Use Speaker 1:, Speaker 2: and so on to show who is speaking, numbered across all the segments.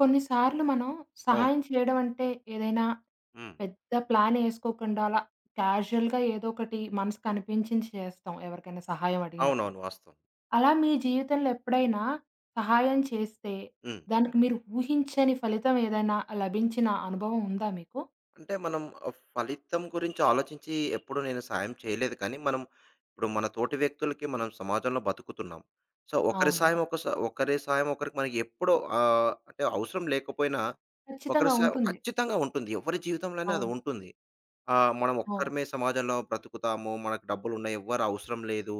Speaker 1: కొన్నిసార్లు మనం
Speaker 2: అవును.
Speaker 1: సహాయం చేయడం అంటే ఏదైనా
Speaker 2: హ్మ్.
Speaker 1: పెద్ద ప్లాన్ ఏసుకోకుండా అలా క్యాజుయల్‌గా ఏదో ఒకటి మనసుకు అనిపించింది చేస్తాం ఎవరికైనా సహాయం అడిగినప్పుడు.
Speaker 2: అవునవును. వాస్తవం.
Speaker 1: అలా మీ జీవితంలో ఎప్పుడైనా సహాయం చేస్తే
Speaker 2: హ్మ్.
Speaker 1: దానికి మీరు ఊహించని ఫలితం ఏదైనా లభించిన అనుభవం ఉందా మీకు?
Speaker 2: అంటే మనం ఫలితం గురించి ఆలోచించి ఎప్పుడు నేను సాయం చేయలేదు కానీ, మనం ఇప్పుడు మన తోటి వ్యక్తులకి మనం సమాజంలో బతుకుతున్నాం. సో, ఒకరి సాయం
Speaker 1: అవును.
Speaker 2: ఒకరి సాయం ఒకరికి మనకి ఎప్పుడో అంటే అవసరం లేకపోయినా ఒకరి
Speaker 1: ఖచ్చితంగా
Speaker 2: సాయం
Speaker 1: ఉంటుంది.
Speaker 2: ఖచ్చితంగా ఉంటుంది. ఎవరి జీవితంలోనే అది
Speaker 1: అవును.
Speaker 2: ఉంటుంది. మనం
Speaker 1: అవును.
Speaker 2: ఒక్కరమే సమాజంలో బ్రతుకుతాము. మనకు డబ్బులున్నాయి. ఎవ్వరు అవసరం లేదు.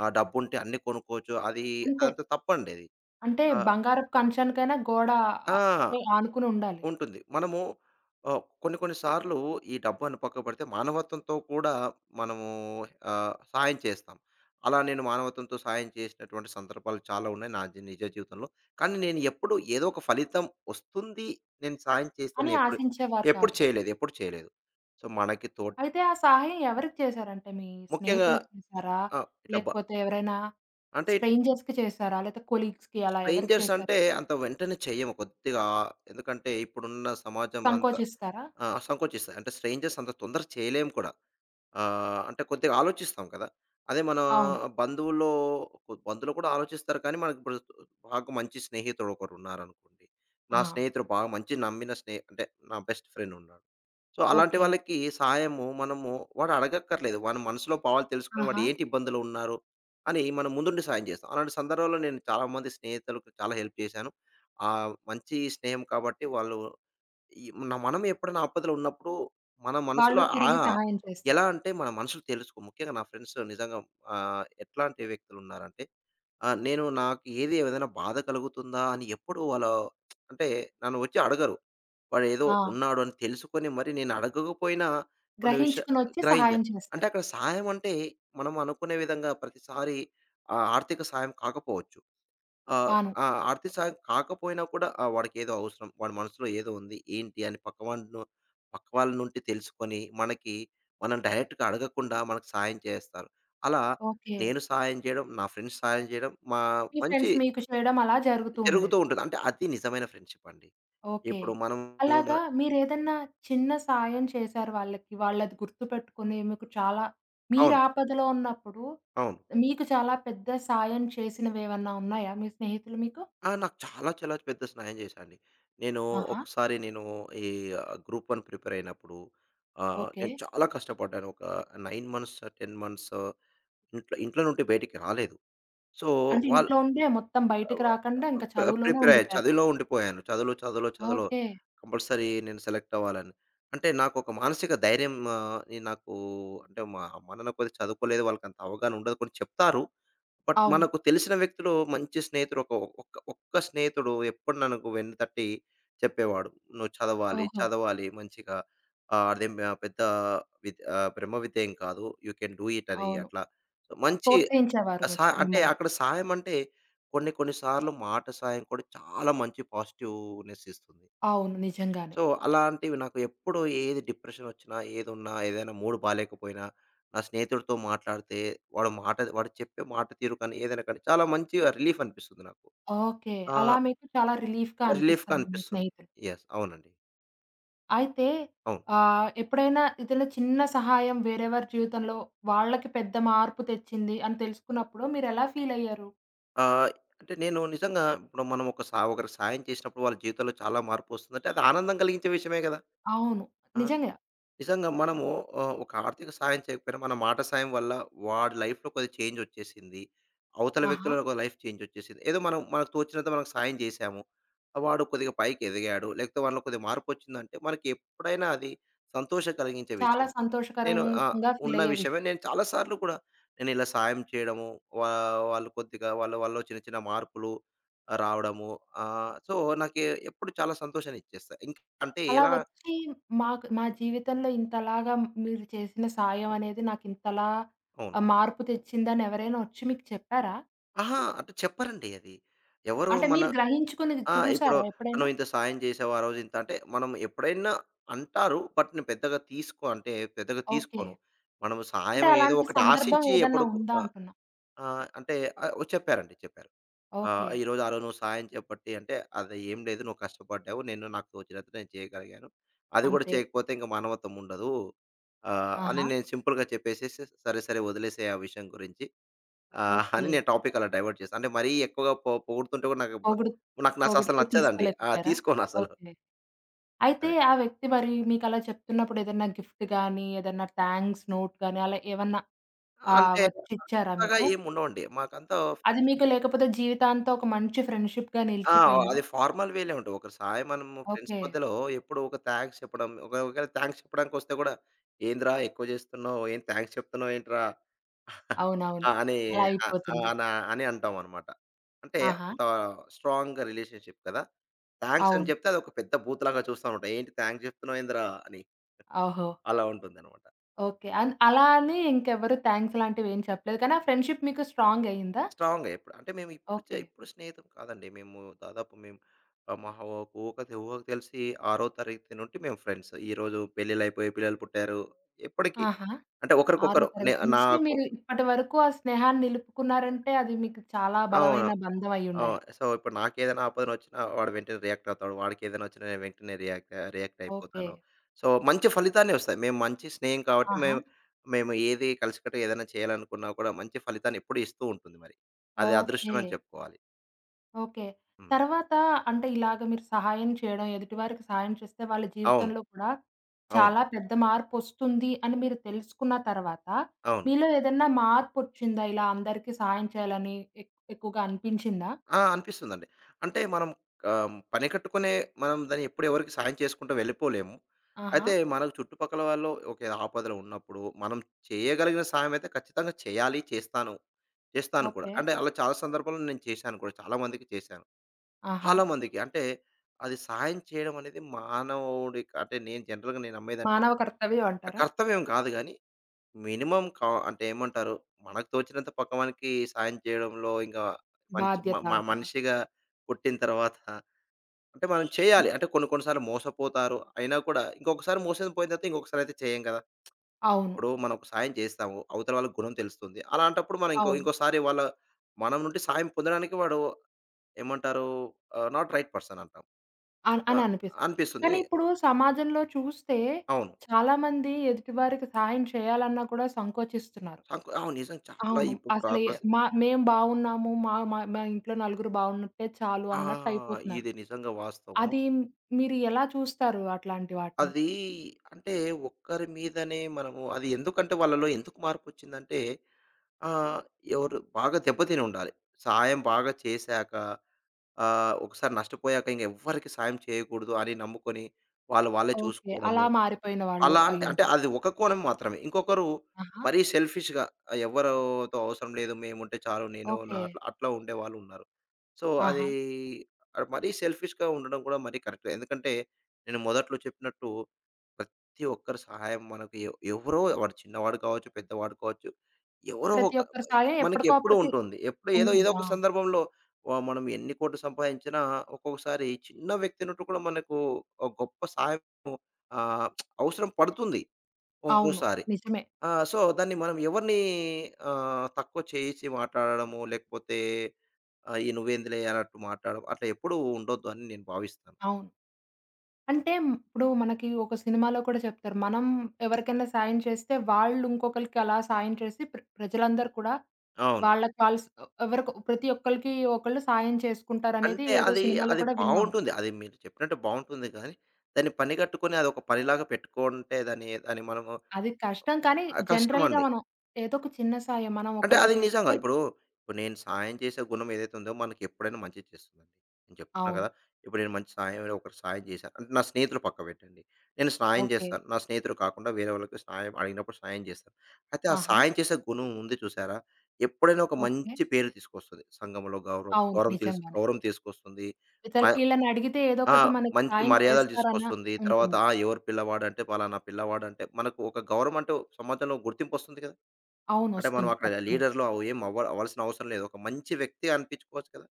Speaker 2: ఆ! డబ్బుంటే అన్నీ కొనుక్కోవచ్చు.
Speaker 1: అంతే.
Speaker 2: అదంతా తప్పండి అది.
Speaker 1: అంటే
Speaker 2: ఆ!
Speaker 1: బంగారపు కంచానికైనా గోడ ఆహ్,
Speaker 2: ఆ!
Speaker 1: ఆనుకుని ఉండాలి
Speaker 2: ఉంటుంది. మనము కొన్ని కొన్ని సార్లు ఈ డబ్బని పక్కకు పెడితే మానవత్వంతో కూడా మనము సాయం చేస్తాం. అలా నేను మానవత్వంతో సాయం చేసినటువంటి సందర్భాలు చాలా ఉన్నాయి నా జీ నిజ జీవితంలో. కానీ నేను ఎప్పుడు ఏదో ఒక ఫలితం వస్తుంది. నేను సాయం
Speaker 1: అని
Speaker 2: చేస్తాను ఎప్పుడు
Speaker 1: ఆశించేవారు
Speaker 2: ఎప్పుడు
Speaker 1: కాదు.
Speaker 2: చేయలేదు. ఎప్పుడు చేయలేదు. సో, మనకి తోడ్
Speaker 1: అయితే ఆ సహాయం ఎవరికి చేశారంటే మీ
Speaker 2: ముఖ్యంగా
Speaker 1: స్నేహితులకి చేశారా?
Speaker 2: ఆ! ఇట్లా బ
Speaker 1: లేకపోతే ఎవరైనా
Speaker 2: అంటే
Speaker 1: స్ట్రేంజర్స్‌కి చేశారా? లేతే కొలీగ్స్‌కి అలా ఎవరికి
Speaker 2: స్ట్రేంజర్స్
Speaker 1: చేశారు?
Speaker 2: అంటే అంత వెంటనే చెయ్యము కొద్దిగా ఎందుకంటే ఇప్పుడున్న సమాజం అంతా
Speaker 1: సంకోచిస్తారా?
Speaker 2: ఆ! సంకోచిస్తాయి. అంటే స్ట్రేంజర్స్ అంత తొందర చేయలేము కూడా. అంటే కొద్దిగా ఆలోచిస్తాం కదా! అదే మన
Speaker 1: అవును.
Speaker 2: బంధువుల్లో బంధువులు కూడా ఆలోచిస్తారు కానీ, మనకిప్పుడు బాగా మంచి స్నేహితుడు ఒకరున్నారనుకోండి. నా
Speaker 1: ఆ!
Speaker 2: స్నేహితుడు బాగా మంచి నమ్మిన స్నే అంటే నా బెస్ట్ ఫ్రెండ్ ఉన్నాడు. సో, అలాంటి
Speaker 1: ఓకే.
Speaker 2: వాళ్ళకి సహాయము మనము వాడు అడగక్కర్లేదు. వాని మనసులో భావాలు తెలుసుకొని వాడు
Speaker 1: ఆహా!
Speaker 2: ఏంటి ఇబ్బందులో ఉన్నారు అని మనం ముందుండి సాయం చేస్తాం. అలాంటి సందర్భంలో నేను చాలా మంది స్నేహితులకు చాలా హెల్ప్ చేశాను. మంచి స్నేహం కాబట్టి వాళ్ళు ఈ మన మనం ఎప్పుడైనా ఆపదలో ఉన్నప్పుడు మన మనసులో
Speaker 1: వాళ్ళు
Speaker 2: ఆ!
Speaker 1: తిరిగి సహాయం
Speaker 2: ఎలా
Speaker 1: చేస్తారు.
Speaker 2: అంటే మన మనుషులు తెలుసుకో ముఖ్యంగా నా ఫ్రెండ్స్ నిజంగా ఎట్లాంటి వ్యక్తులున్నారంటే, నేను నాకు ఏదైనా బాధ కలుగుతుందా అని ఎప్పుడు వాళ్ళ అంటే నన్ను వచ్చి అడగరు. వాడేదో
Speaker 1: ఆ!
Speaker 2: ఉన్నాడు అని తెలుసుకొని మరి నేను అడగకపోయినా కొన్ని విషయ
Speaker 1: గ్రహించుకొనొచ్చి
Speaker 2: గ్రహించా.
Speaker 1: సహాయం
Speaker 2: అంటే
Speaker 1: చేస్తారు.
Speaker 2: అక్కడ సహాయం అంటే మనం అనుకునే విధంగా ప్రతిసారి ఆర్థిక సహాయం కాకపోవచ్చు. ఆ!
Speaker 1: అవును.
Speaker 2: ఆ! ఆర్థిక సహాయం కాకపోయినా కూడా ఆ! వాడికేదో అవసరం. వాడి మనసులో ఏదో ఉంది. ఏంటి అని పక్క వాళ్ళ నుండి తెలుసుకొని, మనకి మనం డైరెక్ట్‌గా అడగకుండా మనకు సహాయం చేస్తారు. అలా
Speaker 1: ఓకే.
Speaker 2: నేను సహాయం చేయడం, నా ఫ్రెండ్స్ సహాయం చేయడం, మా
Speaker 1: మీ
Speaker 2: మంచి
Speaker 1: ఫ్రెండ్స్ మీకు చేయడం అలా జరుగుతూ
Speaker 2: జరుగుతూ
Speaker 1: ఉండేది.
Speaker 2: ఉంటుంది. అంటే అది నిజమైన ఫ్రెండ్‌షిప్ అండి.
Speaker 1: ఓకే.
Speaker 2: ఇప్పుడు మనము మన
Speaker 1: అలాగా మీరేదన్నా చిన్న సాయం చేశారు వాళ్ళకి, వాళ్ళది గుర్తుపెట్టుకొని మీకు చాలా
Speaker 2: అవును.
Speaker 1: మీరాపదలో ఉన్నప్పుడు
Speaker 2: అవును.
Speaker 1: మీకు చాలా పెద్ద సాయం చేసినవేవన్నా ఉన్నాయా మీ స్నేహితులు మీకు?
Speaker 2: ఆ! నాకు చాలా చాలా పెద్ద సహాయం చేశాడండి. నేను
Speaker 1: ఆహా!
Speaker 2: ఒకసారి నేను ఈ గ్రూప్ 1 ప్రిపేర్ అయినప్పుడు
Speaker 1: ఓకే.
Speaker 2: నేను చాలా కష్టపడ్డాను. ఒక 9 మంత్స్, 10 మంత్స్ ఇంట్లో ఇంట్లో నుండి బయటికి రాలేదు. సో,
Speaker 1: అంటే
Speaker 2: వాళ్ళు
Speaker 1: ఇంట్లో ఉండే మొత్తం బయటికి రాకుండా
Speaker 2: ఆహ్,
Speaker 1: ఇంకా
Speaker 2: ప్ర
Speaker 1: చదువులోనే
Speaker 2: ప్రిపేర్ అయ్యాను.
Speaker 1: ఉండిపోయారా?
Speaker 2: చదువులో ఉండిపోయాను. చదువులో, చదువులో, చదువులో
Speaker 1: ఓకే.
Speaker 2: కంపల్సరీ నేను సెలెక్ట్ అవ్వాలని. అంటే నాకొక మానసిక ధైర్యం నేను నాకు అంటే మా అమ్మ, నాన్న కొద్దిగా చదువుకోలేదు. వాళ్ళకంత అవగాహన ఉండదు. కొన్ని చెప్తారు. బట్
Speaker 1: అవును.
Speaker 2: మనకు తెలిసిన వ్యక్తులు మంచి స్నేహితుడు ఒక్క ఒక్క స్నేహితుడు ఎప్పుడు వెన్నుతట్టి చెప్పేవాడు. "నువ్వు చదవాలి,
Speaker 1: ఓహో!
Speaker 2: చదవాలి మంచిగా. అదేం ఆ, పెద్ద బ్రహ్మ విద్య ఏం కాదు. యూ కెన్ డూ ఇట్" అని
Speaker 1: అవును.
Speaker 2: అట్లా. సో మంచి
Speaker 1: ప్రోత్సహించేవారు
Speaker 2: ఆ! అంటే
Speaker 1: మిమ్మల్ని.
Speaker 2: అక్కడ సాయం అంటే కొన్ని కొన్ని సార్లు మాట సాయం కూడా చాలా మంచి పాజిటివ్‌నెస్ ఇస్తుంది.
Speaker 1: అవును. నిజంగానే.
Speaker 2: సో, అలాంటివి నాకు ఎప్పుడు ఏది డిప్రెషన్ వచ్చినా, ఏదున్నా, ఏదైనా మూడ్ బాలేకపోయినా, నా స్నేహితుడితో మాట్లాడితే వాడు చెప్పే మాట తీరు కానీ, ఏదైనా కానీ చాలా మంచిగా రిలీఫ్ అనిపిస్తుంది నాకు.
Speaker 1: ఓకే. అలా
Speaker 2: ఆహ్,
Speaker 1: మీకు చాలా రిలీఫ్‌గా
Speaker 2: రిలీఫ్‌గా
Speaker 1: అనిపిస్తుంది మీ
Speaker 2: అనిపిస్తుంది.
Speaker 1: స్నేహితులు.
Speaker 2: యెస్. అవునండి.
Speaker 1: అయితే
Speaker 2: అవును.
Speaker 1: ఎప్పుడైనా ఏదైనా చిన్న సహాయం వేరెవరి జీవితంలో వాళ్ళకి పెద్ద మార్పు తెచ్చింది అని తెలుసుకున్నప్పుడు మీరెలా ఫీలయ్యారు?
Speaker 2: ఆహ్, అంటే నేను నిజంగా ఇప్పుడు మనం ఒక సా ఒకరికి సాయం చేసినప్పుడు వాళ్ళ జీవితంలో చాలా మార్పు వస్తుందంటే అది ఆనందం కలిగించే విషయమే కదా!
Speaker 1: అవును.
Speaker 2: ఆ!
Speaker 1: నిజంగా.
Speaker 2: నిజంగా మనము ఒక ఆర్థిక సాయం చేయకపోయినా, మన మాట సాయం వల్ల వాడి లైఫ్‌లో కొద్దిగా చేంజ్ వచ్చేసింది. అవతల
Speaker 1: ఆహా!
Speaker 2: వ్యక్తిలో ఒక లైఫ్ చేంజ్ వచ్చేసింది. ఏదో మనం మనకు తోచినంత మనకు సాయం చేశాము. ఆ వాడు కొద్దిగా పైకి ఎదిగాడు. లేకపోతే వాడిలో కొద్దిగా మార్పు వచ్చిందంటే, మనకి ఎప్పుడైనా అది సంతోషం కలిగించే
Speaker 1: చాలా
Speaker 2: విషయం. నేను ఆహ్,
Speaker 1: సంతోషకరంగా
Speaker 2: ఉన్న
Speaker 1: ఫీలయ్యే
Speaker 2: విషయమే.
Speaker 1: విషయం.
Speaker 2: నేను చాలా సార్లు కూడా నేను ఇలా సాయం చేయడము, వా వాళ్ళు కొద్దిగా వాళ్ళలో చిన్న చిన్న మార్పులు రావడము. సో, నాకు ఎప్పుడు చాలా సంతోషాన్ని ఇచ్చేస్తాయి. ఇంకా అంటే
Speaker 1: అలా
Speaker 2: ఎలా
Speaker 1: వచ్చి మాకు మా జీవితంలో ఇంతలాగా మీరు చేసిన సాయం అనేది నాకింతలా
Speaker 2: అవును.
Speaker 1: మార్పు తెచ్చిందని ఎవరైనా వచ్చి మీకు చెప్పారా?
Speaker 2: అహా! అంటే చెప్పరండి అది. ఎవరు
Speaker 1: అంటే
Speaker 2: మన
Speaker 1: మీరు
Speaker 2: ఓకే.
Speaker 1: గ్రహించుకున్నది
Speaker 2: ఆ! ఇప్పుడు
Speaker 1: చూసారా ఎప్పుడైనా?
Speaker 2: "నువ్వు ఇంత సాయం చేశావు ఆ రోజు ఇంత" అంటే మనం ఎప్పుడైనా అంటారు. బట్ నేను పెద్దగా తీసుకో అంటే పెద్దగా
Speaker 1: ఓకే.
Speaker 2: తీసుకోను. మనం
Speaker 1: అంటే
Speaker 2: సాయం ఏదో
Speaker 1: అలాంటి
Speaker 2: ఒకటి
Speaker 1: సందర్భం
Speaker 2: ఆశించి
Speaker 1: ఏదన్నా
Speaker 2: ఎప్పుడు
Speaker 1: ఉందా
Speaker 2: ఆహ్,
Speaker 1: అంటున్నా?
Speaker 2: ఆహ్, అంటే ఆహ్, చెప్పారండి చెప్పారు.
Speaker 1: ఓకే.
Speaker 2: "ఈరోజు ఆ రోజు నువ్వు సాయం చేపట్టి" అంటే "అది ఏం లేదు నువ్వు కష్టపడ్డావు. నేను నాకు తోచినంత నేను చేయగలిగాను. అది కూడా
Speaker 1: అంతే.
Speaker 2: చేయకపోతే ఇంక మానవత్వం ఉండదు." అని
Speaker 1: ఆహా!
Speaker 2: నేను సింపుల్‌గా చెప్పేసేసి సరే సరే వదిలేసేయి ఆ విషయం గురించి. ఆ! అని
Speaker 1: ఓకే.
Speaker 2: నేను టాపిక్ అలా డైవర్ట్ చేశా. అంటే మరీ ఎక్కువగా పొగుడుతుంటే కూడా
Speaker 1: పొగుడు
Speaker 2: నాకు అసలు
Speaker 1: పొగిడితే
Speaker 2: నచ్చదండి. ఆ!
Speaker 1: తీసుకోలేకపోయారా?
Speaker 2: తీసుకోనసలు.
Speaker 1: ఓకే. అయితే
Speaker 2: అదే.
Speaker 1: ఆ వ్యక్తి మరి మీకలా చెప్తున్నప్పుడు ఏదన్నా గిఫ్ట్ గాని, ఏదన్నా థాంక్స్ నోట్ గాని అలా ఏమన్నా
Speaker 2: అంటే
Speaker 1: వచ్చిచ్చారా
Speaker 2: అంతగా
Speaker 1: మీకు?
Speaker 2: ఏమి ఉండవండి. మాకంతా
Speaker 1: అది
Speaker 2: ఫ్రెండ్స్
Speaker 1: మీకు లేకపోతే జీవితాంతం ఒక మంచి ఫ్రెండ్‌షిప్‌గా
Speaker 2: ఆ!
Speaker 1: నిలిచిపోయిందా?
Speaker 2: అది ఫార్మల్ వే‌లే ఉంటాయి. ఒకసారి మనము ఫ్రెండ్స్
Speaker 1: ఓకే.
Speaker 2: మధ్యలో ఎప్పుడు ఒక థాంక్స్ చెప్పడం ఒక ఒకవేళ థాంక్స్ చెప్పడానికొస్తే కూడా "ఏందిరా ఎక్కువ చేస్తున్నావు? ఏం థాంక్స్ చెప్తున్నావు ఏంట్రా?" ఆ!
Speaker 1: అవునవును.
Speaker 2: అని
Speaker 1: అలా
Speaker 2: ఆ! ఆ!
Speaker 1: అయిపోతుంది.
Speaker 2: అని అంటామనమాట. అంటే
Speaker 1: ఆహా!
Speaker 2: అంత స్ట్రాంగ్ రిలేషన్‌షిప్ కదా! థాంక్స్ అని
Speaker 1: అవును.
Speaker 2: చెప్తే అదొక పెద్ద బూతులాగా చూస్తా ఉంటా. "ఏంటి థాంక్స్ చెప్తున్నావు ఏందిరా?" అని.
Speaker 1: ఓహో!
Speaker 2: అలా ఉంటుందనమాట.
Speaker 1: ఓకే. అలా అని ఇంకెవ్వరు థాంక్స్ లాంటివేం చెప్పలేదు. కానీ ఆ ఫ్రెండ్‌షిప్ మీకు స్ట్రాంగ్ అయిందా?
Speaker 2: స్ట్రాంగ్‌గా ఎప్పుడు అంటే మేము ఇప్పుడు
Speaker 1: ఓకే.
Speaker 2: ఇప్పుడు స్నేహితం కాదండి. మేము దాదాపు మేము మహా ఒక ఊహ ఊహకు తెలిసి ఆరో తరగతి నుండి మేము ఫ్రెండ్స్. ఈరోజు పెళ్ళిళ్ళైపోయి పిల్లలు పుట్టారు. ఎప్పటికి
Speaker 1: ఆహా!
Speaker 2: అంటే
Speaker 1: ఆరో
Speaker 2: ఒకరికొకరు నే
Speaker 1: తరగతి నుంచి
Speaker 2: నాకు
Speaker 1: మీరు ఇప్పటి వరకు ఆ స్నేహాన్ని నిలుపుకున్నారంటే, అది మీకు చాలా
Speaker 2: అవును.
Speaker 1: బలమైన బంధం అయ్యుండాలి.
Speaker 2: అవును. సో, ఇప్పుడు నాకేదైనా ఆపదనొచ్చినా వాడు వెంటనే రియాక్ట్ అవుతాడు. వాడికేదైనా వచ్చినా నేను వెంటనే రియాక్ట్ రియాక్ట్
Speaker 1: ఓకే.
Speaker 2: అయిపోతాను. సో, మంచి ఫలితాన్నే వస్తాయి. మేము మంచి స్నేహం కాబట్టి
Speaker 1: ఆహా!
Speaker 2: మేము మేము ఏది కలిసికట్టుగా ఏదైనా చేయాలనుకున్నా కూడా మంచి ఫలితాన్ని ఎప్పుడూ ఇస్తూ ఉంటుంది మరి. అది
Speaker 1: ఓకే.
Speaker 2: అదృష్టం అని చెప్పుకోవాలి.
Speaker 1: ఓకే.
Speaker 2: హ్మ్.
Speaker 1: తర్వాత అంటే ఇలాగ మీరు సహాయం చేయడం, ఎదుటి వారికి సహాయం చేస్తే వాళ్ళ
Speaker 2: అవును.
Speaker 1: జీవితంలో కూడా
Speaker 2: అవును.
Speaker 1: చాలా పెద్ద మార్పొస్తుంది అని మీరు తెలుసుకున్న తర్వాత,
Speaker 2: అవును.
Speaker 1: మీలో ఏదన్నా మార్పొచ్చిందా? ఇలా అందరికీ సహాయం చేయాలని ఎక్కువగా అనిపించిందా?
Speaker 2: ఆ! అనిపిస్తుందండి. అంటే మనం పని కట్టుకునే మనం దాన్ని ఎప్పుడు ఎవరికి సాయం చేసుకుంటూ వెళ్ళిపోలేము.
Speaker 1: ఆహా!
Speaker 2: అయితే మనకు చుట్టుపక్కల వాళ్ళు ఒక ఆపదలో ఉన్నప్పుడు మనం చేయగలిగిన సాయం అయితే ఖచ్చితంగా చేయాలి. చేస్తాను. చేస్తాను కూడా.
Speaker 1: ఓకే.
Speaker 2: అంటే అలా చాలా సందర్భాల్లో నేను చేశాను కూడా. చాలా మందికి చేశాను.
Speaker 1: ఆహా!
Speaker 2: చాలా మందికి అంటే అది సాయం చేయడం అనేది మానవుడి అంటే నేను జనరల్‌గా నేను నమ్మేదంటే
Speaker 1: మానవ కర్తవ్యం అంటారా?
Speaker 2: కర్తవ్యం కాదు గాని మినిమమ్ కా అంటే ఏమంటారు? మనకు తోచినంత పక్కవానికి సాయం చేయడంలో ఇంకా మంచి మ
Speaker 1: బాధ్యత
Speaker 2: మ
Speaker 1: అంటారా?
Speaker 2: మనిషిగా పుట్టిన తర్వాత అంటే మనం
Speaker 1: హ్మ్.
Speaker 2: చేయాలి. అంటే కొన్ని కొన్ని సార్లు మోసపోతారు. అయినా కూడా ఇంకొకసారి మోసం పోయిన తర్వాత ఇంకొకసారి అయితే చేయం కదా!
Speaker 1: అవును.
Speaker 2: ఇప్పుడు మనం ఒక సాయం చేస్తాము. అవతల వాళ్ళకి గుణం తెలుస్తుంది. అలాంటప్పుడు మనం
Speaker 1: అవును.
Speaker 2: ఇంకోసారి వాళ్ళ మనం నుండి సాయం పొందడానికి వాడు ఏమంటారు? నాట్ రైట్ పర్సన్ అంటాం. ఆ!
Speaker 1: అని అనిపిస్తది.
Speaker 2: అనిపిస్తుంది.
Speaker 1: కానీ ఇప్పుడు సమాజంలో చూస్తే
Speaker 2: అవును.
Speaker 1: చాలామంది ఎదుటివారికి సహాయం చేయాలన్నా కూడా సంకోచిస్తున్నారు.
Speaker 2: అవును. నిజంగా చాలా
Speaker 1: అవును.
Speaker 2: ఇప్పుడు ప్ర
Speaker 1: అసలు ఎ
Speaker 2: ప్రస్
Speaker 1: మా మేం బాగున్నాము. మా మా మా ఇంట్లో నలుగురు బాగున్నట్టే చాలు
Speaker 2: ఆ!
Speaker 1: అన్నట్టయిపోతున్నారు.
Speaker 2: ఇది నిజంగా వాస్తవం.
Speaker 1: అది మీరు ఎలా చూస్తారు అట్లాంటి వాటిని?
Speaker 2: అది అంటే ఒక్కరి మీదనే మనము అది ఎందుకంటే వాళ్ళలో ఎందుకు మార్పొచ్చిందంటే, ఆహ్, ఎవరు బాగా దెబ్బతిని ఉండాలి. సహాయం బాగా చేశాక ఒకసారి నష్టపోయాక ఇంక ఎవ్వరికి సాయం చేయకూడదు అని నమ్ముకొని, వాళ్ళు వాళ్ళే
Speaker 1: ఓకే. అలా
Speaker 2: చూసుకోవడము.
Speaker 1: మారిపోయిన వాళ్ళు
Speaker 2: అలాంటి అంటే
Speaker 1: అయ్యుంటారు.
Speaker 2: అది ఒక కోణం మాత్రమే. ఇంకొకరు
Speaker 1: ఆహా!
Speaker 2: మరీ సెల్ఫిష్‌గా ఎవరితో అవసరం లేదు. మేముంటే చాలు నేను నా
Speaker 1: ఓకే.
Speaker 2: అట్లా, అట్లా ఉండేవాళ్ళు ఉన్నారు. సో, అది
Speaker 1: ఆహా!
Speaker 2: అది మరీ సెల్ఫిష్‌గా ఉండడం కూడా మరీ కరెక్ట్. ఎందుకంటే నేను మొదట్లో చెప్పినట్టు ప్రతి ఒక్కరి సహాయం మనకు ఎవరో వాడు చిన్నవాడు కావచ్చు, పెద్దవాడు కావచ్చు. ఎవరో
Speaker 1: ప్రతి
Speaker 2: ఒక
Speaker 1: ఒక్కరి సాయం
Speaker 2: మనకి
Speaker 1: ఎప్పటికో
Speaker 2: ఎప్పుడూ
Speaker 1: అప్పటికి
Speaker 2: ఉంటుంది. ఎప్పుడో ఏదో
Speaker 1: ఉంటుంది.
Speaker 2: ఏదో
Speaker 1: ఆ!
Speaker 2: ఒక సందర్భంలో మనం ఎన్ని కోట్లు సంపాదించినా ఒక్కొక్కసారి చిన్న వ్యక్తి నుండి కూడా మనకు ఒక గొప్ప సహాయం ఆహ్, అవసరం పడుతుంది
Speaker 1: అవును.
Speaker 2: ఒక్కోసారి.
Speaker 1: నిజమే.
Speaker 2: ఆ! సో, దాన్ని మనం ఎవరిని తక్కువ చేసి మాట్లాడడము, లేకపోతే ఈ నువ్వేందులే అన్నట్టు మాట్లాడడం అట్లా ఎప్పుడూ ఉండొద్దు అని నేను భావిస్తాను.
Speaker 1: అవును. అంటే ఇప్పుడు మనకి ఒక సినిమాలో కూడా చెప్తారు. మనం ఎవరికైనా సాయం చేస్తే వాళ్ళు ఇంకొకళ్ళకి అలా సాయం చేసి ప్రజలందరూ కూడా
Speaker 2: అవును.
Speaker 1: వాళ్ళకి వాళ్ళు ప్రతి ఒక్కళ్ళకి ఒకళ్ళు సాయం చేసుకుంటారనేది
Speaker 2: అంటే
Speaker 1: ఏదో
Speaker 2: అది,
Speaker 1: సినిమాలో
Speaker 2: అది
Speaker 1: కూడా విన్నాము.
Speaker 2: బావుంటుంది. అది మీరు చెప్పినట్టు బావుంటుంది గానీ, దాన్ని పనిగట్టుకొని అదొక పనిలాగా పెట్టుకుంటే దాన్ని మనము
Speaker 1: అది కష్టం కానీ జనరల్‌గా
Speaker 2: కష్టమండి.
Speaker 1: మనం ఏదో ఒక చిన్న సాయం మనం
Speaker 2: అంటే
Speaker 1: ఒకళ్ళకి
Speaker 2: అది నిజంగా
Speaker 1: చేస్తే
Speaker 2: ఇప్పుడు నేను సాయం చేసే గుణం ఏదైతే ఉందో మనకెప్పుడైనా మంచి చేస్తుందండి. నేను చెప్తున్నా
Speaker 1: అవును.
Speaker 2: కదా! ఇప్పుడు నేను మంచి సాయం ఒకరికి సాయం చేశా. అంటే నా స్నేహితులు పక్క పెట్టండి. నేను సాయం
Speaker 1: ఓకే.
Speaker 2: చేస్తాను. నా స్నేహితులు కాకుండా వేరే వాళ్ళకి సాయం అడిగినప్పుడు సాయం చేస్తాను. అయితే ఆ
Speaker 1: ఆహా!
Speaker 2: సాయం చేసే గుణం ఉంది చూసారా? ఎప్పుడైనా ఒక
Speaker 1: ఓకే.
Speaker 2: మంచి పేరు తీసుకొస్తది. సంఘంలో గౌరవం,
Speaker 1: అవును.
Speaker 2: గౌరవం తెలుసు
Speaker 1: నిజంగానే.
Speaker 2: గౌరవం తీసుకొస్తుంది. మ
Speaker 1: ఈళ్ళని అడిగితే ఏదో
Speaker 2: ఆ!
Speaker 1: ఒకటి మనకి
Speaker 2: మంచి
Speaker 1: సాయం
Speaker 2: మర్యాదలు
Speaker 1: చేస్తారన్న
Speaker 2: తీసుకొస్తుంది. తర్వాత
Speaker 1: ఉంటుంది.
Speaker 2: ఆ! ఎవరు పిల్లవాడంటే పలానా పిల్లవాడంటే మనకు ఒక గౌరవం అంటూ సమాజంలో గుర్తింపొస్తుంది కదా!
Speaker 1: అవును.
Speaker 2: అంటే మనం
Speaker 1: వస్తుంది.
Speaker 2: అక్కడ
Speaker 1: ఖచ్చితంగా.
Speaker 2: లీడర్‌లు అవి ఏం అవ్వ అవ్వాల్సిన అవసరం లేదు. ఒక మంచి వ్యక్తి అనిపించుకోవచ్చు కదా!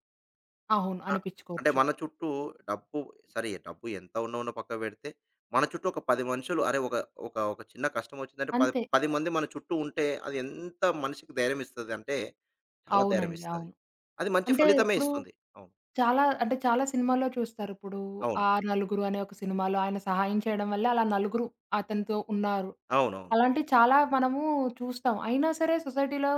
Speaker 1: అవును.
Speaker 2: ఆ! అంటే
Speaker 1: అనిపిచ్చుకోవచ్చు.
Speaker 2: మన చుట్టూ డబ్బు సరే డబ్బు ఎంత ఉన్న ఉన్న పక్కన పెడితే, మన చుట్టూ ఒక 10 మనుషులు అరే! ఒక ఒక ఒక చిన్న కష్టం వచ్చిందంటే పది
Speaker 1: అంతే.
Speaker 2: 10 మంది మన చుట్టూ ఉంటే అది ఎంత మనిషికి ధైర్యం ఇస్తది అంటే చాలా ధైర్యం
Speaker 1: అవునండి.
Speaker 2: ఇస్తది.
Speaker 1: అవును.
Speaker 2: అది మంచి
Speaker 1: అంటే
Speaker 2: ఫలితమే
Speaker 1: ఇప్పుడు
Speaker 2: ఇస్తుంది. అవును.
Speaker 1: చాలా అంటే చాలా సినిమాల్లో చూస్తారు. ఇప్పుడు
Speaker 2: అవును.
Speaker 1: 'ఆ నలుగురు' అనే ఒక సినిమాలో ఆయన సహాయం చేయడం వల్ల అలా నలుగురు అతనితో ఉన్నారు.
Speaker 2: అవునవును.
Speaker 1: అలాంటివి చాలా మనము చూస్తాం. అయినా సరే సొసైటీలో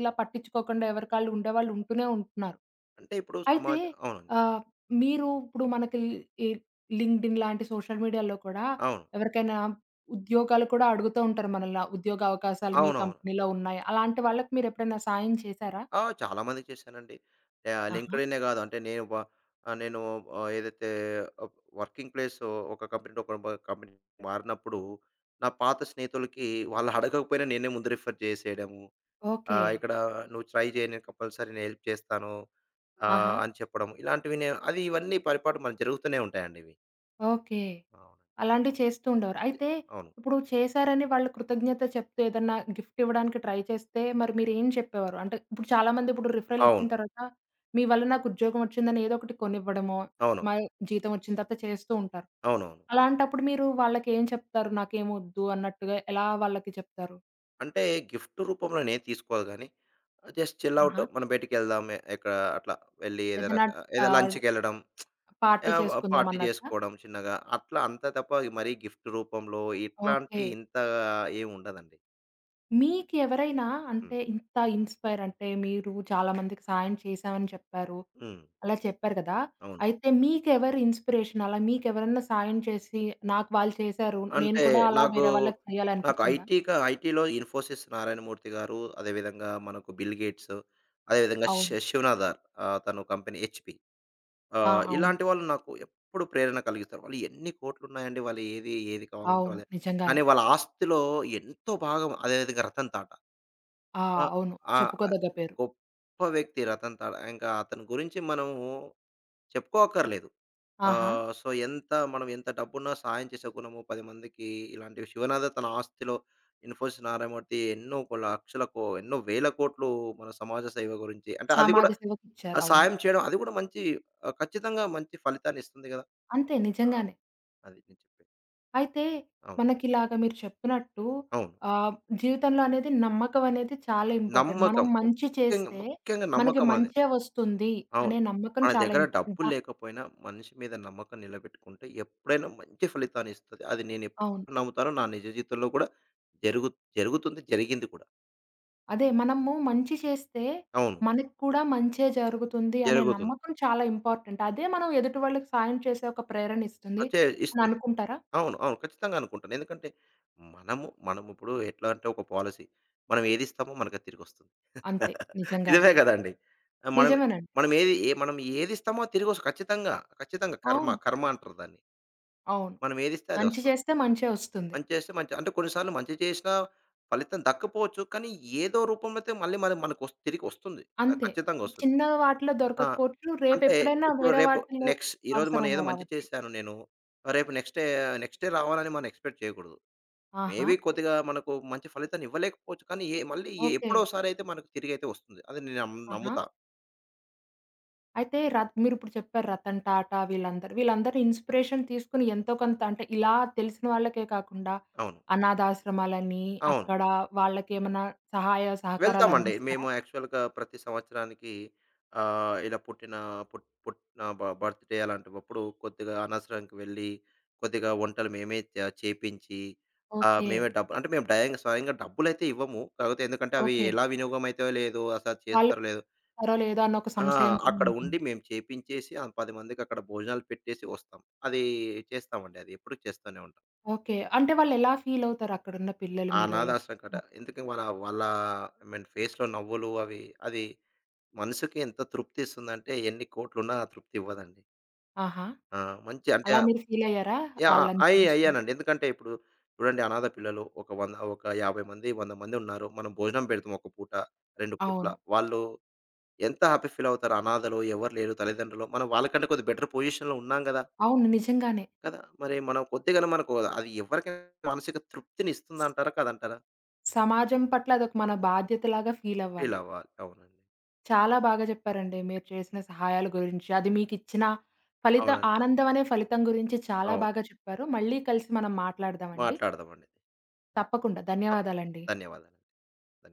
Speaker 1: ఇలా పట్టించుకోకుండా ఎవరికాళ్ళు ఉండేవాళ్ళు ఉంటూనే ఉంటున్నారు.
Speaker 2: అంటే ఇప్పుడు
Speaker 1: అయితే
Speaker 2: సమాజ అవునండి.
Speaker 1: ఆహ్, మీరు ఇప్పుడు మనకి ఈ లింక్డ్ఇన్ లాంటి సోషల్ మీడియాలో కూడా
Speaker 2: అవును.
Speaker 1: ఎవరికైనా ఉద్యోగాలు కూడా అడుగుతూ ఉంటారు మనల్ని. "ఆ ఉద్యోగ అవకాశాలు మీ
Speaker 2: అవునవును.
Speaker 1: కంపెనీలో ఉన్నాయి. అలాంటి వాళ్ళకి మీరెప్పుడైనా సాయం చేశారా?
Speaker 2: ఆ! చాలా మందికి చేశానండి. యాహ్!
Speaker 1: ఆహా!
Speaker 2: లింక్డ్ఇనే కాదు అంటే నేను వ ఆహ్, నేను ఆహ్, ఏదైతే ఆహ్, వర్కింగ్ ప్లేస్ ఒక కంపెనీ నుండి ఒక కంపెనీకి మారినప్పుడు నా పాత స్నేహితులకి వాళ్ళు అడగకపోయినా నేనే ముందు రిఫర్ చేసేయడము.
Speaker 1: ఓకే.
Speaker 2: ఇక్కడ నువ్వు ట్రై చేయి నేను కంపల్సరీ నేను హెల్ప్ చేస్తాను
Speaker 1: ఆహా!
Speaker 2: అని చెప్పడం. ఇలాంటివి నేను అది ఇవన్నీ పరిపాటు మనకు జరుగుతూనే ఉంటాయండి ఇవి.
Speaker 1: ఓకే.
Speaker 2: అవును.
Speaker 1: అలాంటివి చేస్తూ ఉండేవారు. అయితే
Speaker 2: అవును.
Speaker 1: ఇప్పుడు చేశారని వాళ్ళు కృతజ్ఞత చెప్తూ ఏదన్నా గిఫ్ట్ ఇవ్వడానికి ట్రై చేస్తే మరి మీరేం చెప్పేవారు? అంటే ఇప్పుడు చాలామంది ఇప్పుడు రిఫరల్ ఇచ్చిన
Speaker 2: అవును.
Speaker 1: తర్వాత మీ వల్ల నాకు ఉద్యోగం వచ్చిందని ఏదో ఒకటి కొనివ్వడమో,
Speaker 2: అవును.
Speaker 1: మా జీతం వచ్చిన తర్వాత చేస్తూ ఉంటారు.
Speaker 2: అవునవును.
Speaker 1: అలాంటప్పుడు మీరు వాళ్ళకేం చెప్తారు? నాకేమొద్దు అన్నట్టుగా ఎలా వాళ్ళకి చెప్తారు?
Speaker 2: అంటే గిఫ్ట్ రూపంలో నేను తీసుకోదు గాని జస్ట్ చిల్ ఔట్
Speaker 1: ఆహా!
Speaker 2: మనం బయటికెళ్దాం. ఎక్కడ అట్లా వెళ్లి ఏదైనా
Speaker 1: ఏదైనా
Speaker 2: క ఏదో
Speaker 1: ఆహ్,
Speaker 2: లంచ్‌కెళ్ళడం.
Speaker 1: పార్టీ
Speaker 2: ఆహ్, వ
Speaker 1: చేసుకుందాం
Speaker 2: పార్టీ
Speaker 1: అన్నట్టా?
Speaker 2: చేసుకోవడం చిన్నగా. అట్లా అంతే తప్ప మరీ గిఫ్ట్ రూపంలో ఇట్లాంటి
Speaker 1: ఓకే.
Speaker 2: ఇంత ఏమి ఉండదండి.
Speaker 1: మీకెవరైనా
Speaker 2: హ్మ్.
Speaker 1: అంటే ఇంత ఇన్‌స్పైర్ అంటే మీరు చాలా మందికి సహాయం చేశామని చెప్పారు.
Speaker 2: హ్మ్.
Speaker 1: అలా చెప్పారు కదా!
Speaker 2: అవును.
Speaker 1: అయితే మీకెవరు ఇన్‌స్పిరేషన్? అలా మీకెవరన్నా సాయం చేసి, నాకు వాళ్ళు చేశారు. నేను
Speaker 2: అంటే
Speaker 1: కూడా అలా
Speaker 2: నాకు,
Speaker 1: వేరే వాళ్ళకి
Speaker 2: నాకు
Speaker 1: చేయాలనిపిచ్చిందా?
Speaker 2: ఐటీ‌గా ఐటీ‌లో ఇన్ఫోసిస్ నారాయణమూర్తి గారు, అదేవిధంగా మనకు బిల్ గేట్స్, అదేవిధంగా
Speaker 1: అవును.
Speaker 2: శివనాథ్ తను కంపెనీ హెచ్‌పి.
Speaker 1: ఆ! అవును.
Speaker 2: ఇలాంటి వాళ్ళు నాకు ఎప్పుడు ప్రేరణ కలిగిస్తారు. వాళ్ళు ఎన్ని కోట్లున్నాయండి వాళ్ళు ఏది, ఏది కావాలంటే
Speaker 1: అవును.
Speaker 2: వాళ్ళే. కానీ
Speaker 1: నిజంగానే.
Speaker 2: వాళ్ళ ఆస్తిలో ఎంతో భాగం అదే విధంగా రతన్ టాటా.
Speaker 1: ఆ!
Speaker 2: ఆ!
Speaker 1: అవును.
Speaker 2: ఆ!
Speaker 1: చెప్పుకోదగ్గ పేరు.
Speaker 2: గొప్ప వ్యక్తి రతన్ టాటా. ఇంకా అతని గురించి మనము చెప్పుకోక్కర్లేదు.
Speaker 1: ఆహా!
Speaker 2: సో, ఎంత డబ్బున్నా సహాయం చేసే గుణము 10 మందికి ఇలాంటివి. శివనాథ తన ఆస్తిలో ఇన్ఫోసిస్ నారాయణమూర్తి ఎన్నో కో లక్షల కో ఎన్నో వేల కోట్లు మన సమాజ సేవ గురించి అంటే అది
Speaker 1: సమాజ
Speaker 2: కూడా
Speaker 1: సేవకిచ్చారు.
Speaker 2: ఆ
Speaker 1: అవును.
Speaker 2: సాయం చేయడం అది కూడా మంచి ఖచ్చితంగా మంచి ఫలితాన్ని ఇస్తుంది గదా!
Speaker 1: అంతే
Speaker 2: ఆ!
Speaker 1: నిజంగానే.
Speaker 2: అది నేను చెప్పేది.
Speaker 1: అయితే
Speaker 2: అవును.
Speaker 1: మనకిలాగ మీరు చెప్పినట్టు
Speaker 2: అవును.
Speaker 1: ఆహ్, జీవితంలో అనేది నమ్మకం అనేది చాలా ఇంపార్టెంట్. మనం
Speaker 2: నమ్మకం.
Speaker 1: మంచి
Speaker 2: ముఖ్యంగా,
Speaker 1: చేస్తే
Speaker 2: ముఖ్యంగా
Speaker 1: మనకి
Speaker 2: నమ్మకం అది.
Speaker 1: మంచే వస్తుంది
Speaker 2: అవును.
Speaker 1: అనే నమ్మకం
Speaker 2: మన
Speaker 1: చాలా
Speaker 2: దగ్గర
Speaker 1: ఇంపార్టెంట్.
Speaker 2: డబ్బులు లేకపోయినా మనిషి మీద నమ్మకం నిలబెట్టుకుంటే ఎప్పుడైనా మంచి ఫలితాన్ని ఇస్తది. అది
Speaker 1: అవును.
Speaker 2: నేనెప్పుడు నమ్ముతానో నా నిజ జీవితంలో కూడా జరుగు జరుగుతుంది. జరిగింది కూడా.
Speaker 1: అదే. మనము మంచి చేస్తే
Speaker 2: అవును.
Speaker 1: మనకు కూడా మంచే జరుగుతుంది అనే
Speaker 2: జరుగుతుంది.
Speaker 1: నమ్మకం చాలా ఇంపార్టెంట్. అదే మనం ఎదుటి వాళ్ళకి సాయం చేసే ఒక ప్రేరణ ఇస్తుంది
Speaker 2: అచ్చే
Speaker 1: అని
Speaker 2: ఇస్తుంది.
Speaker 1: అనుకుంటారా?
Speaker 2: అవును. అవును. ఖచ్చితంగా అనుకుంటాను. ఎందుకంటే మనమిప్పుడు ఎట్లా అంటే ఒక పాలిసీ. మనం ఏదిస్తామో మనకది తిరిగొస్తుంది.
Speaker 1: అంతే. నిజంగానే.
Speaker 2: నిజమే కదండీ. మనం
Speaker 1: నిజమేనండి.
Speaker 2: మనం ఏది ఏ మనం ఏదిస్తామో తిరిగొస్ ఖచ్చితంగా. ఖచ్చితంగా కర్మ,
Speaker 1: అవును.
Speaker 2: కర్మ అంటారు దాన్ని.
Speaker 1: అవును.
Speaker 2: మనం ఏదిస్తే అది
Speaker 1: మంచి
Speaker 2: వస్తుంది.
Speaker 1: చేస్తే మంచే వస్తుంది.
Speaker 2: మంచి చేస్తే మంచి అంటే కొన్ని సార్లు మంచి చేసినా ఫలితం దక్కపోవచ్చు. కానీ ఏదో రూపంలో అయితే మళ్ళీ మనం మనకొస్ తిరిగొస్తుంది. అది
Speaker 1: అంతే.
Speaker 2: ఖచ్చితంగా వస్తుంది.
Speaker 1: చిన్న వాటిలో
Speaker 2: ఆ!
Speaker 1: దొరకకపోవచ్చు.
Speaker 2: అంటే
Speaker 1: రేపెప్పుడైనా
Speaker 2: ఇప్పుడు
Speaker 1: వేరే
Speaker 2: రేపు
Speaker 1: వాటిల్లో
Speaker 2: నెక్స్ట్ ఈరోజు మనం
Speaker 1: అవసరం
Speaker 2: ఏదో మంచి
Speaker 1: రావచ్చు.
Speaker 2: చేశాను నేను. రేపు నెక్స్ట్ డే రావాలని మనం ఎక్స్‌పెక్ట్ చేయకూడదు.
Speaker 1: ఆహా!
Speaker 2: మేబీ కొద్దిగా మనకు మంచి ఫలితాన్ని ఇవ్వలేకపోవచ్చు. కానీ ఏ మళ్ళీ ఎ
Speaker 1: ఓకే.
Speaker 2: ఎప్పుడోసారి అయితే మనకు తిరిగైతే వస్తుంది. అది నేను
Speaker 1: ఆహా!
Speaker 2: నమ్ముతా.
Speaker 1: అయితే మీరిప్పుడు చెప్పారు 'రతన్ టాటా' వీళ్ళందరూ. వీళ్ళందరూ ఇన్‌స్పిరేషన్ తీసుకొని ఎంతో కొంత అంటే ఇలా తెలిసిన వాళ్ళకే కాకుండా
Speaker 2: అవును.
Speaker 1: అనాథాశ్రమాలని,
Speaker 2: అవును.
Speaker 1: అక్కడ వాళ్ళకేమన్నా సహాయ సహకారాలు
Speaker 2: వెళ్తామండి.
Speaker 1: అందిస్తారా?
Speaker 2: మేము యాక్చువల్‌గా ప్రతి సంవత్సరానికి ఇలా పుట్టిన బర్త్‌డే అలాంటప్పుడు కొద్దిగా అనవసరానికి వెళ్ళి, కొద్దిగా వంటలు మేమే చేపించి
Speaker 1: ఓకే.
Speaker 2: మేమే డబ్బు అంటే మేము స్వయంగా డబ్బులైతే ఇవ్వము. కాకపోతే ఎందుకంటే అవి
Speaker 1: ఓకే.
Speaker 2: ఎలా వినియోగం అయితాయో లేదో, అసలు
Speaker 1: వాళ్ళకి
Speaker 2: చేస్తారో లేదో
Speaker 1: ఇస్తారో లేదో అన్న ఒక
Speaker 2: ఆ!
Speaker 1: సంశయం కూడా
Speaker 2: అక్కడ
Speaker 1: ఉంటుంది.
Speaker 2: ఉండి మేము చేపించేసి ఆ 10 మందికి అక్కడ భోజనాలు పెట్టేసి వస్తాం. అది చేస్తామండి. అది ఎప్పుడూ చేస్తూనే ఉంటాం.
Speaker 1: ఓకే. అంటే వాళ్ళెలా ఫీలవుతారు అక్కడున్న పిల్లలు
Speaker 2: ఆ
Speaker 1: మీరు అలా
Speaker 2: అనాథాశ్రమం కట
Speaker 1: చేసినప్పుడు?
Speaker 2: ఎందుకు వాళ్ళ వాళ్ళ ఐ మీన్ ఫేస్‌లో నవ్వులు అవి అది మనసుకి ఎంత తృప్తిస్తుందంటే, ఎన్ని కోట్లున్నా ఆ తృప్తి ఇవ్వదండి.
Speaker 1: ఆహా!
Speaker 2: ఆ! మంచి అంటే
Speaker 1: అలా మీరు ఫీలయ్యారా
Speaker 2: యాహ్!
Speaker 1: ఆళ్ళని చూసి?
Speaker 2: అయ్యానండి. ఎందుకంటే ఇప్పుడు చూడండి అనాథ పిల్లలు ఒక 100, ఒక 50 మంది, 100 మంది ఉన్నారు. మనం భోజనం పెడతాం ఒక పూట, 2 పూటల.
Speaker 1: అవును.
Speaker 2: వాళ్ళు ఎంత హ్యాపీ ఫీల్ అవుతారు. అనాథలు ఎవరు లేరు తల్లిదండ్రులు. మనం వాళ్ళకంటే కొద్దిగా బెటర్ పొజిషన్‌లో ఉన్నాం గదా!
Speaker 1: అవును. నిజంగానే.
Speaker 2: కదా! మరి మనం కొద్దిగానే మనకు అది ఎవరికైనా మానసిక తృప్తిని ఇస్తుందంటారా? కాదంటారా?
Speaker 1: సమాజం పట్ల అదొక మన బాధ్యతలాగా
Speaker 2: ఫీల్
Speaker 1: ఫీలవ్వాలి.
Speaker 2: అవ్వాలి. అవునండి.
Speaker 1: చాలా బాగా చెప్పారండి. మీరు చేసిన సహాయాల గురించి, అది మీకిచ్చిన
Speaker 2: అవునండి.
Speaker 1: ఆనందం అనే ఫలితం గురించి చాలా
Speaker 2: అవును.
Speaker 1: బాగా చెప్పారు. మళ్ళీ కలిసి మనం మాట్లాడదామండి.
Speaker 2: మాట్లాడదామండి. అవును.
Speaker 1: తప్పకుండా.
Speaker 2: తప్పకుండా.
Speaker 1: ధన్యవాదాలండి.
Speaker 2: ధన్యవాదాలండి. ధన్యవాదాలు.